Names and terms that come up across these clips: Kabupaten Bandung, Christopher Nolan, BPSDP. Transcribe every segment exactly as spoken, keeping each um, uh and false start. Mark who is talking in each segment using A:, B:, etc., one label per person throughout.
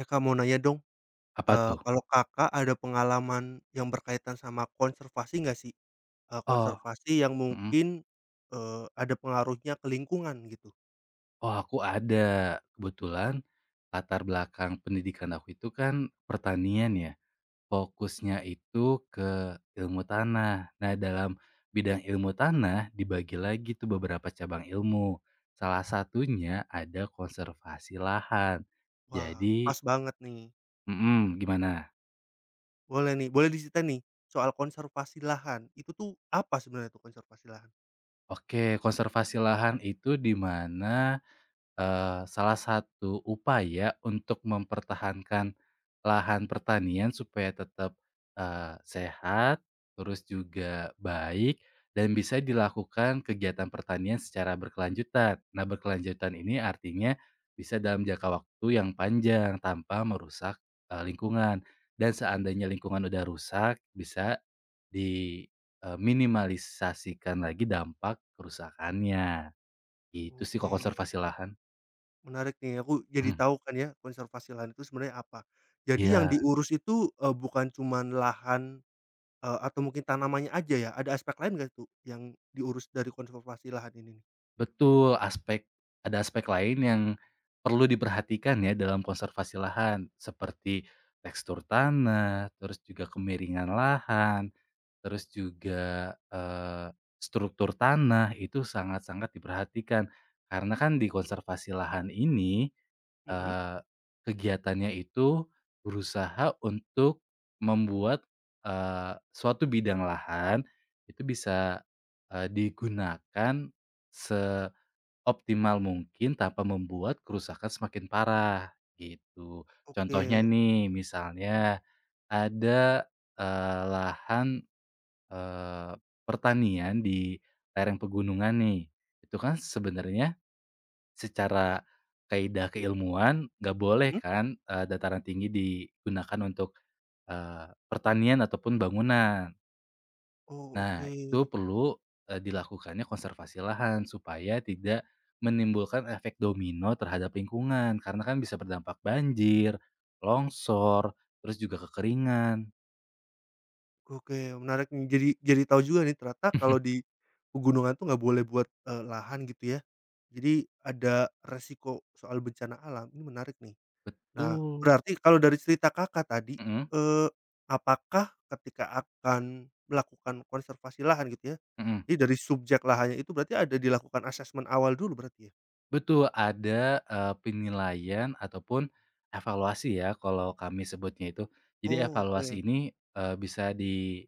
A: Eh, Kak, mau nanya dong,
B: Apa
A: eee,
B: tuh?
A: kalau Kakak ada pengalaman yang berkaitan sama konservasi nggak sih? Eee,
B: Oh,
A: konservasi yang
B: mhm.
A: mungkin, eee, ada pengaruhnya ke lingkungan gitu?
B: Oh, aku ada. Kebetulan latar belakang pendidikan aku itu kan pertanian ya, fokusnya itu ke ilmu tanah. Nah, dalam bidang ilmu tanah dibagi lagi tuh beberapa cabang ilmu. Salah satunya ada konservasi lahan.
A: Wah,
B: Jadi,
A: pas banget nih.
B: mhm, gimana?
A: Boleh nih, boleh diceritain nih soal konservasi lahan, itu tuh apa sebenarnya tuh konservasi lahan?
B: Oke, konservasi lahan itu di mana Eee, salah satu upaya untuk mempertahankan lahan pertanian supaya tetap, eee, sehat, terus juga baik dan bisa dilakukan kegiatan pertanian secara berkelanjutan. Nah, berkelanjutan ini artinya bisa dalam jangka waktu yang panjang tanpa merusak, eee, lingkungan, dan seandainya lingkungan udah rusak bisa diminimalisasikan lagi dampak kerusakannya. Itu sih kalau
A: Oke,
B: konservasi lahan.
A: menarik nih, aku jadi tahu kan ya konservasi lahan itu sebenarnya apa. Jadi yang
B: Iya,
A: diurus itu, eee, bukan cuman lahan, eee, atau mungkin tanamannya aja ya, ada aspek lain nggak tuh yang diurus dari konservasi lahan ini?
B: betul, aspek ada aspek lain yang perlu diperhatikan ya dalam konservasi lahan, seperti tekstur tanah, terus juga kemiringan lahan, terus juga, eee, struktur tanah itu sangat-sangat diperhatikan. Karena kan di konservasi lahan ini,
A: Mhm.
B: eee, kegiatannya itu berusaha untuk membuat, eee, suatu bidang lahan itu bisa, eee, digunakan seoptimal mungkin tanpa membuat kerusakan semakin parah, gitu. Contohnya
A: Oke.
B: nih, misalnya ada, eee, lahan, eee, pertanian di lereng pegunungan nih, itu kan sebenarnya secara kaidah keilmuan nggak boleh
A: Mhm.
B: kan, eee, dataran tinggi digunakan untuk, eee, pertanian ataupun bangunan.
A: Oh,
B: Nah,
A: oke.
B: itu perlu, eee, dilakukannya konservasi lahan supaya tidak menimbulkan efek domino terhadap lingkungan, karena kan bisa berdampak banjir, longsor, terus juga kekeringan.
A: Oke, menarik nih. Jadi jadi tahu juga nih ternyata kalau di pegunungan tuh nggak boleh buat, eee, lahan gitu ya. Jadi ada resiko soal bencana alam, ini menarik nih. Nah,
B: Betul,
A: berarti kalau dari cerita Kakak tadi,
B: mhm
A: eee, apakah ketika akan melakukan konservasi lahan gitu ya,
B: mhm,
A: jadi dari subjek lahannya itu berarti ada dilakukan asesmen awal dulu berarti ya?
B: betul ada, eee, penilaian ataupun evaluasi ya kalau kami sebutnya itu. Jadi
A: Oh,
B: evaluasi
A: oke
B: ini, eee, bisa di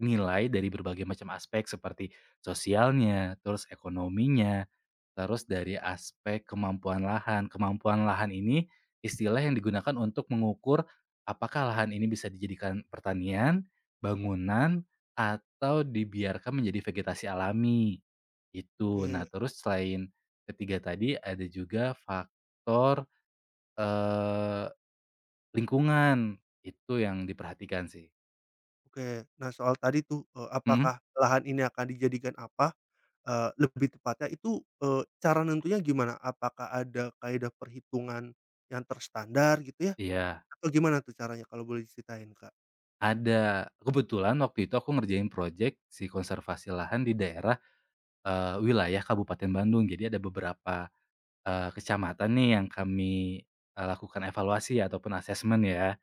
B: nilai dari berbagai macam aspek seperti sosialnya, terus ekonominya, terus dari aspek kemampuan lahan. Kemampuan lahan ini istilah yang digunakan untuk mengukur apakah lahan ini bisa dijadikan pertanian, bangunan, atau dibiarkan menjadi vegetasi alami. Itu. Nah,
A: oke.
B: terus selain ketiga tadi ada juga faktor, eee, lingkungan. Itu yang diperhatikan sih.
A: Oke. Nah, soal tadi tuh, eee,
B: Mhm,
A: apakah lahan ini akan dijadikan apa, eee, lebih tepatnya itu, eee, cara nentunya gimana? Apakah ada kaedah perhitungan yang terstandar gitu ya?
B: iya.
A: Atau gimana tuh caranya kalau boleh diceritain, Kak?
B: Ada, kebetulan waktu itu aku ngerjain proyek si konservasi lahan di daerah, eee, wilayah Kabupaten Bandung. Jadi ada beberapa, eee, kecamatan nih yang kami, eee, lakukan evaluasi ya, ataupun asesmen ya.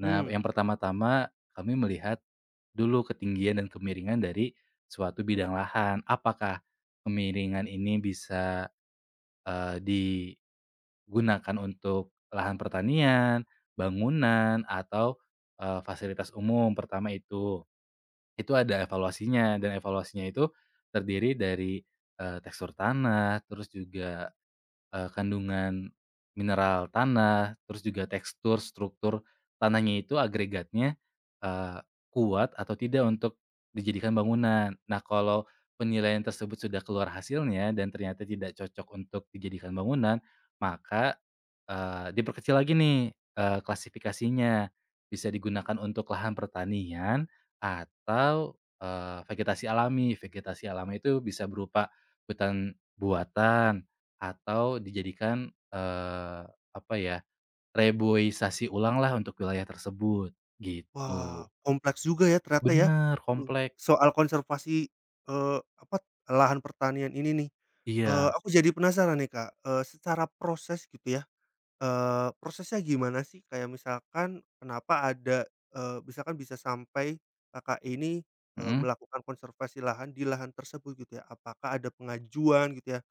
B: Nah, yang pertama-tama kami melihat dulu ketinggian dan kemiringan dari suatu bidang lahan. Apakah kemiringan ini bisa, eee, digunakan untuk lahan pertanian, bangunan, atau, eee, fasilitas umum, pertama itu. Itu ada evaluasinya dan evaluasinya itu terdiri dari, eee, tekstur tanah, terus juga, Eee, kandungan mineral tanah, terus juga tekstur, struktur tanahnya itu agregatnya, eee, kuat atau tidak untuk dijadikan bangunan. Nah, kalau penilaian tersebut sudah keluar hasilnya dan ternyata tidak cocok untuk dijadikan bangunan, maka, eee, diperkecil lagi nih, eee, klasifikasinya. Bisa digunakan untuk lahan pertanian atau, eee, vegetasi alami. Vegetasi alami itu bisa berupa hutan buatan atau dijadikan, eee, apa ya, reboisasi ulang lah untuk wilayah tersebut,
A: Wah,
B: gitu.
A: kompleks juga ya ternyata ya,
B: Bener,
A: eee,
B: komplek.
A: soal konservasi, eee, apa, lahan pertanian ini nih. Eee,
B: Iya,
A: aku jadi penasaran nih, Kak, eee, secara proses gitu ya. Eee, prosesnya gimana sih? Kayak misalkan kenapa ada, eee, misalkan bisa sampai Kakak ini, eee,
B: mhm
A: melakukan konservasi lahan di lahan tersebut gitu ya? Apakah ada pengajuan gitu ya?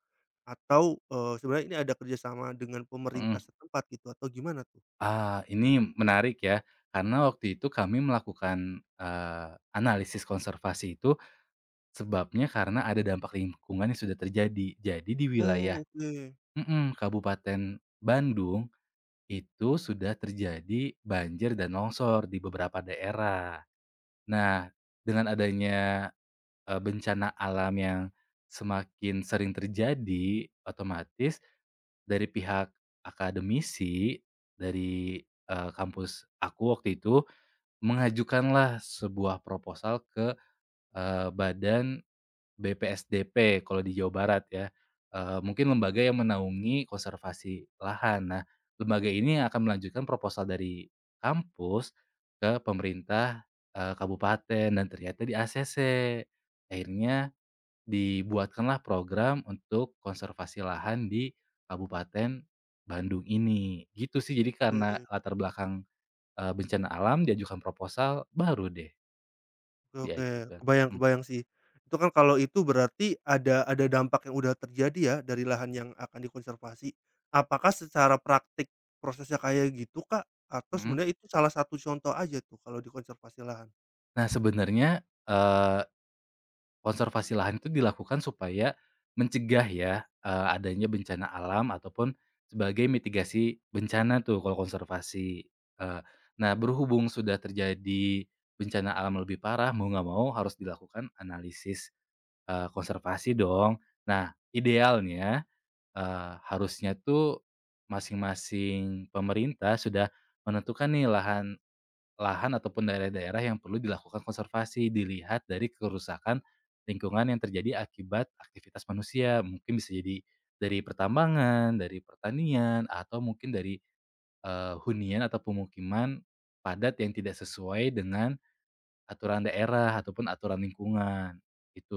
A: Atau, eee, sebenarnya ini ada kerjasama dengan pemerintah
B: mhm.
A: setempat gitu atau gimana tuh?
B: Ah, ini menarik ya, karena waktu itu kami melakukan, eee, analisis konservasi itu sebabnya karena ada dampak lingkungan yang sudah terjadi. Jadi di
A: Oh,
B: wilayah
A: oke
B: mhm, Kabupaten Bandung itu sudah terjadi banjir dan longsor di beberapa daerah. Nah, dengan adanya Eee, bencana alam yang semakin sering terjadi, otomatis dari pihak akademisi, dari, eee, kampus aku waktu itu, mengajukanlah sebuah proposal ke, eee, badan B P S D P kalau di Jawa Barat ya, eee, mungkin lembaga yang menaungi konservasi lahan. Nah, lembaga ini akan melanjutkan proposal dari kampus ke pemerintah, eee, kabupaten, dan ternyata di-A C C. Akhirnya dibuatkanlah program untuk konservasi lahan di Kabupaten Bandung ini, gitu sih. Jadi karena
A: oke.
B: latar belakang, eee, bencana alam diajukan proposal, baru deh
A: Oke oke,
B: diajukan.
A: kebayang
B: Mhm
A: kebayang sih. Itu kan kalau itu berarti ada ada dampak yang udah terjadi ya dari lahan yang akan dikonservasi. Apakah secara praktik prosesnya kayak gitu, Kak? Atau
B: mhm.
A: sebenarnya itu salah satu contoh aja tuh kalau dikonservasi lahan?
B: Nah sebenarnya, eee, konservasi lahan itu dilakukan supaya mencegah ya, eee, adanya bencana alam ataupun sebagai mitigasi bencana tuh kalau konservasi. Eee, nah, berhubung sudah terjadi bencana alam lebih parah, mau nggak mau harus dilakukan analisis Eee, konservasi dong. Nah, idealnya, eee, harusnya tuh masing-masing pemerintah sudah menentukan nih lahan lahan ataupun daerah-daerah yang perlu dilakukan konservasi, dilihat dari kerusakan lingkungan yang terjadi akibat aktivitas manusia. Mungkin bisa jadi dari pertambangan, dari pertanian, atau mungkin dari, eee, hunian atau pemukiman padat yang tidak sesuai dengan aturan daerah ataupun aturan lingkungan,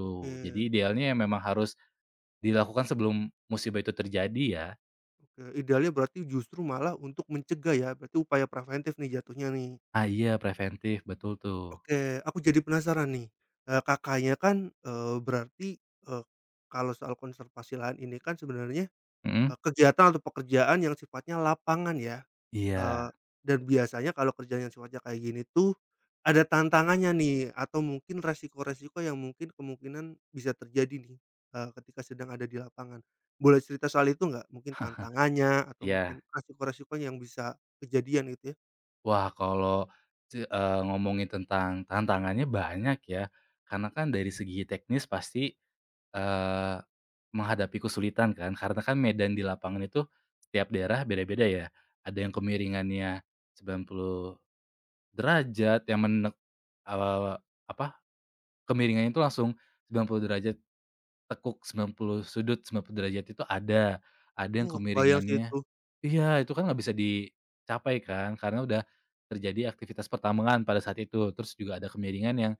A: Oke
B: Jadi idealnya ya memang harus dilakukan sebelum musibah itu terjadi ya?
A: oke, idealnya berarti justru malah untuk mencegah ya, berarti upaya preventif nih jatuhnya nih.
B: Ah, iya preventif, betul tuh.
A: Oke, aku jadi penasaran nih, eee, Kakaknya kan, eee, berarti, eee, kalau soal konservasi lahan ini kan sebenarnya
B: Mhm?
A: Eee, kegiatan atau pekerjaan yang sifatnya lapangan ya, eee,
B: Iya
A: dan biasanya kalau kerjaan yang sifatnya kayak gini tuh, ada tantangannya nih atau mungkin resiko-resiko yang mungkin kemungkinan bisa terjadi nih, eee, ketika sedang ada di lapangan. Boleh cerita soal itu nggak? Mungkin tantangannya atau mungkin
B: iya.
A: resiko-resikonya yang bisa kejadian gitu ya?
B: Wah, kalau se eee, ngomongin tentang tantangannya banyak ya, karena kan dari segi teknis pasti, eee, menghadapi kesulitan kan, karena kan medan di lapangan itu setiap daerah beda-beda ya. Ada yang kemiringannya sembilan puluh derajat yang menek eee, apa, kemiringannya itu langsung sembilan puluh derajat. Tekuk sembilan puluh sudut, sembilan puluh derajat itu ada, ada yang
A: Wow, kebayang sih
B: kemiringannya
A: itu.
B: iya, itu kan nggak bisa dicapai kan, karena udah terjadi aktivitas pertambangan pada saat itu. Terus juga ada kemiringan yang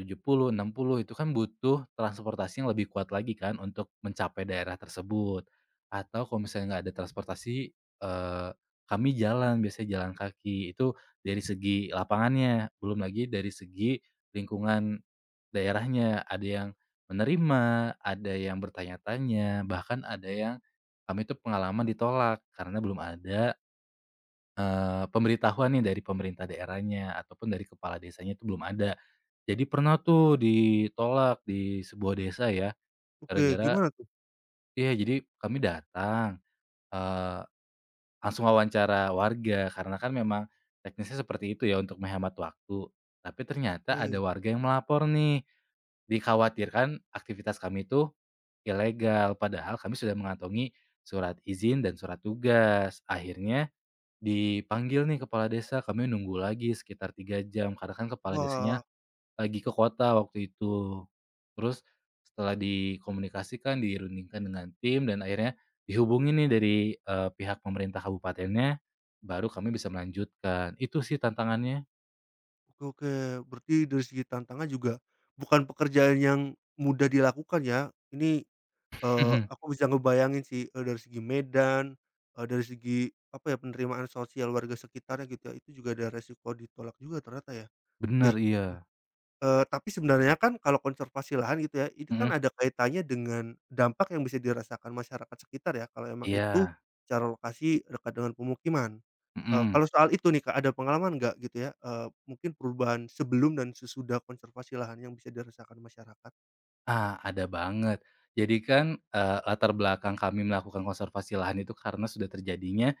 B: tujuh puluh, enam puluh itu kan butuh transportasi yang lebih kuat lagi kan untuk mencapai daerah tersebut. Atau kalau misalnya nggak ada transportasi, eee, kami jalan, biasanya jalan kaki. Itu dari segi lapangannya, belum lagi dari segi lingkungan daerahnya, ada yang menerima, ada yang bertanya-tanya, bahkan ada yang kami itu pengalaman ditolak karena belum ada, eee, pemberitahuan nih dari pemerintah daerahnya ataupun dari kepala desanya itu belum ada. Jadi pernah tuh ditolak di sebuah desa ya,
A: Oke,
B: gara-gara
A: gimana tuh?
B: iya, jadi kami datang, langsung wawancara warga, karena kan memang teknisnya seperti itu ya untuk menghemat waktu. Tapi ternyata ada
A: Oke.
B: warga yang melapor nih, dikhawatirkan aktivitas kami itu ilegal, padahal kami sudah mengantongi surat izin dan surat tugas. Akhirnya dipanggil nih kepala desa, kami nunggu lagi sekitar tiga jam, karena kan kepala desanya
A: Wah,
B: lagi ke kota waktu itu. Terus setelah dikomunikasikan, dirundingkan dengan tim dan akhirnya dihubungi nih dari, eee, pihak pemerintah kabupatennya, baru kami bisa melanjutkan. Itu sih tantangannya.
A: oke oke. Berarti dari segi tantangan juga bukan pekerjaan yang mudah dilakukan ya? Ini Eee,
B: Mhm.
A: aku bisa ngebayangin sih, eee, dari segi medan, eee, dari segi apa ya, penerimaan sosial warga sekitarnya gitu ya, itu juga ada resiko ditolak juga ternyata ya.
B: Bener,
A: Oke,
B: iya.
A: eee, tapi sebenarnya kan kalau konservasi lahan gitu ya, itu kan
B: Mhm,
A: ada kaitannya dengan dampak yang bisa dirasakan masyarakat sekitar ya, kalau emang itu
B: iya,
A: secara lokasi dekat dengan pemukiman. Eee,
B: mhm.
A: kalau soal itu nih Kak, ada pengalaman nggak gitu ya, eee, mungkin perubahan sebelum dan sesudah konservasi lahan yang bisa dirasakan masyarakat?
B: Ah, ada banget. Jadi kan, eee, latar belakang kami melakukan konservasi lahan itu karena sudah terjadinya,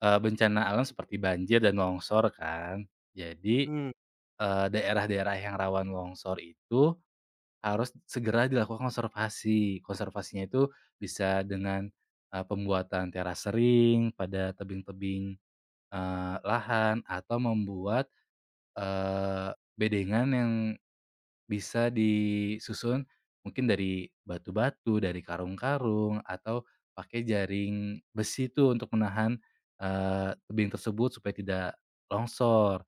B: eee, bencana alam seperti banjir dan longsor kan. Jadi,
A: Mhm
B: eee, daerah-daerah yang rawan longsor itu harus segera dilakukan konservasi. Konservasinya itu bisa dengan, eee, pembuatan teras sering pada tebing-tebing, eee, lahan atau membuat, eee, bedengan yang bisa disusun mungkin dari batu-batu, dari karung-karung, atau pakai jaring besi itu untuk menahan, eee, tebing tersebut supaya tidak longsor.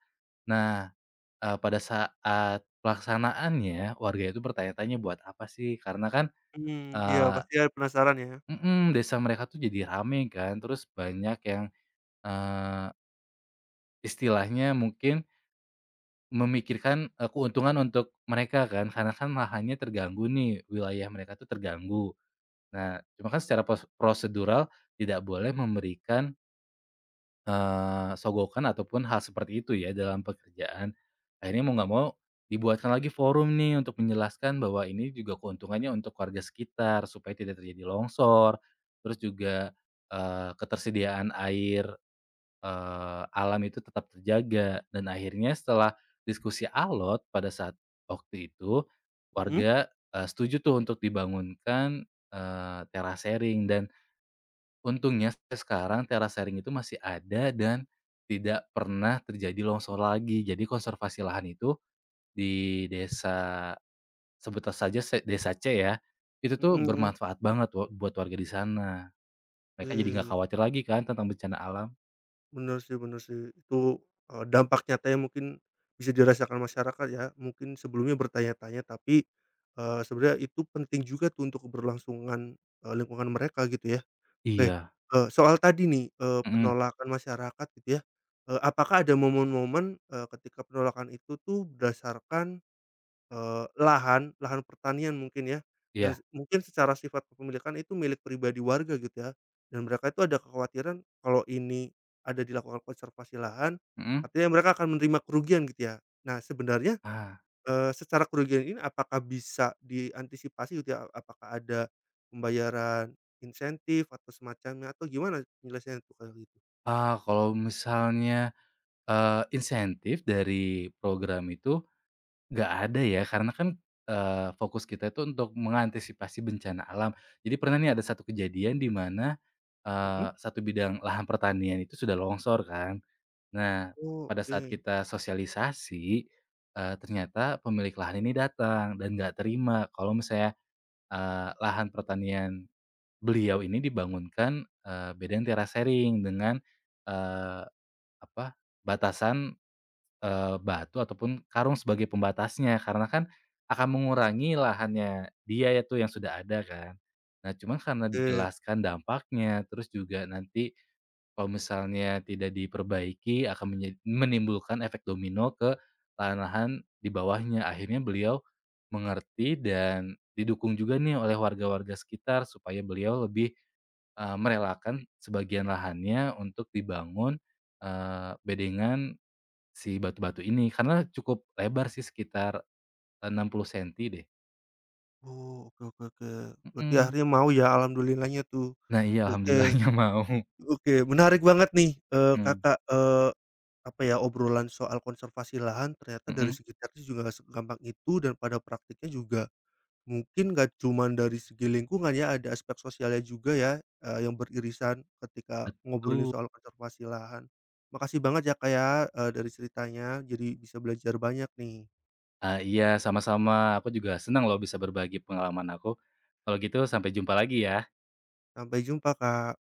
B: Nah, Eee, pada saat pelaksanaannya, warga itu bertanya-tanya, "Buat apa sih?" Karena kan,
A: mhm, iya
B: eee
A: pasti ya penasaran ya.
B: mhm, desa mereka tuh jadi rame kan, terus banyak yang, eee, istilahnya mungkin memikirkan, eee, keuntungan untuk mereka kan, karena kan lahannya terganggu nih, wilayah mereka tuh terganggu. Nah, cuma kan secara pros prosedural tidak boleh memberikan Eee, sogokan ataupun hal seperti itu ya dalam pekerjaan, akhirnya mau nggak mau dibuatkan lagi forum nih untuk menjelaskan bahwa ini juga keuntungannya untuk warga sekitar supaya tidak terjadi longsor, terus juga, eee, ketersediaan air, eee, alam itu tetap terjaga, dan akhirnya setelah diskusi alot pada saat waktu itu
A: Mhm
B: warga, eee, setuju tuh untuk dibangunkan, eee, terasering, dan untungnya sampai sekarang terasering itu masih ada dan tidak pernah terjadi longsor lagi. Jadi konservasi lahan itu di desa, sebut saja se desa C ya, itu tuh
A: mhm mhm.
B: bermanfaat banget wo buat warga di sana. Mereka jadi nggak
A: Oke,
B: khawatir lagi kan tentang bencana alam.
A: benar sih benar sih. Itu, eee, dampak nyata yang mungkin bisa dirasakan masyarakat ya, mungkin sebelumnya bertanya-tanya tapi, eee, sebenarnya itu penting juga tuh untuk keberlangsungan, eee, lingkungan mereka gitu ya. Oke,
B: Iya,
A: eee, soal tadi nih, eee,
B: mhm,
A: penolakan masyarakat gitu ya, eee, apakah ada momen-momen, eee, ketika penolakan itu tuh berdasarkan Eee, lahan lahan pertanian mungkin ya, yang s
B: iya,
A: mungkin secara sifat kepemilikan itu milik pribadi warga gitu ya, dan mereka itu ada kekhawatiran kalau ini ada dilakukan konservasi lahan,
B: mhm.
A: artinya mereka akan menerima kerugian gitu ya. Nah sebenarnya,
B: Ah,
A: eee, secara kerugian ini apakah bisa diantisipasi gitu ya? Apakah ada pembayaran insentif atau semacamnya atau gimana penyelesaian tuh kalau gitu?
B: ah, kalau misalnya, eee, insentif dari program itu nggak ada ya, karena kan, eee, fokus kita itu untuk mengantisipasi bencana alam. Jadi pernah nih ada satu kejadian di mana,
A: Mhm?
B: eee, satu bidang lahan pertanian itu sudah longsor kan. Nah,
A: Oh
B: pada
A: oke
B: saat kita sosialisasi, eee, ternyata pemilik lahan ini datang dan nggak terima kalau misalnya, eee, lahan pertanian beliau ini dibangunkan, eee, beda yang terasering dengan, eee, apa, batasan Eee, batu ataupun karung sebagai pembatasnya, karena kan akan mengurangi lahannya dia ya tuh yang sudah ada kan. Nah, cuman karena
A: oke.
B: dijelaskan dampaknya, terus juga nanti kalau misalnya tidak diperbaiki akan menja menimbulkan efek domino ke lahan-lahan di bawahnya. Akhirnya beliau mengerti dan didukung juga nih oleh warga-warga sekitar supaya beliau lebih, eee, merelakan sebagian lahannya untuk dibangun, eee, bedengan si batu-batu ini, karena cukup lebar sih sekitar enam puluh senti meter deh.
A: Oh oke oke oke. Berarti
B: Mhm.
A: akhirnya mau ya alhamdulillahnya tuh.
B: Nah iya,
A: Oke oke.
B: alhamdulillahnya mau.
A: Oke, menarik banget nih, eee,
B: Mhm
A: Kakak, eee, apa ya, obrolan soal konservasi lahan ternyata dari
B: mhm,
A: segi teknis juga nggak segampang itu dan pada praktiknya juga mungkin nggak cuman dari segi lingkungan ya, ada aspek sosialnya juga ya, eee, yang beririsan ketika ngobrolin
B: betul.
A: soal konservasi lahan. Makasih banget ya, Kak, ya, eee, dari ceritanya, jadi bisa belajar banyak nih.
B: Ah, iya, sama-sama. Aku juga senang loh bisa berbagi pengalaman aku. Kalau gitu sampai jumpa lagi ya.
A: Sampai jumpa, Kak.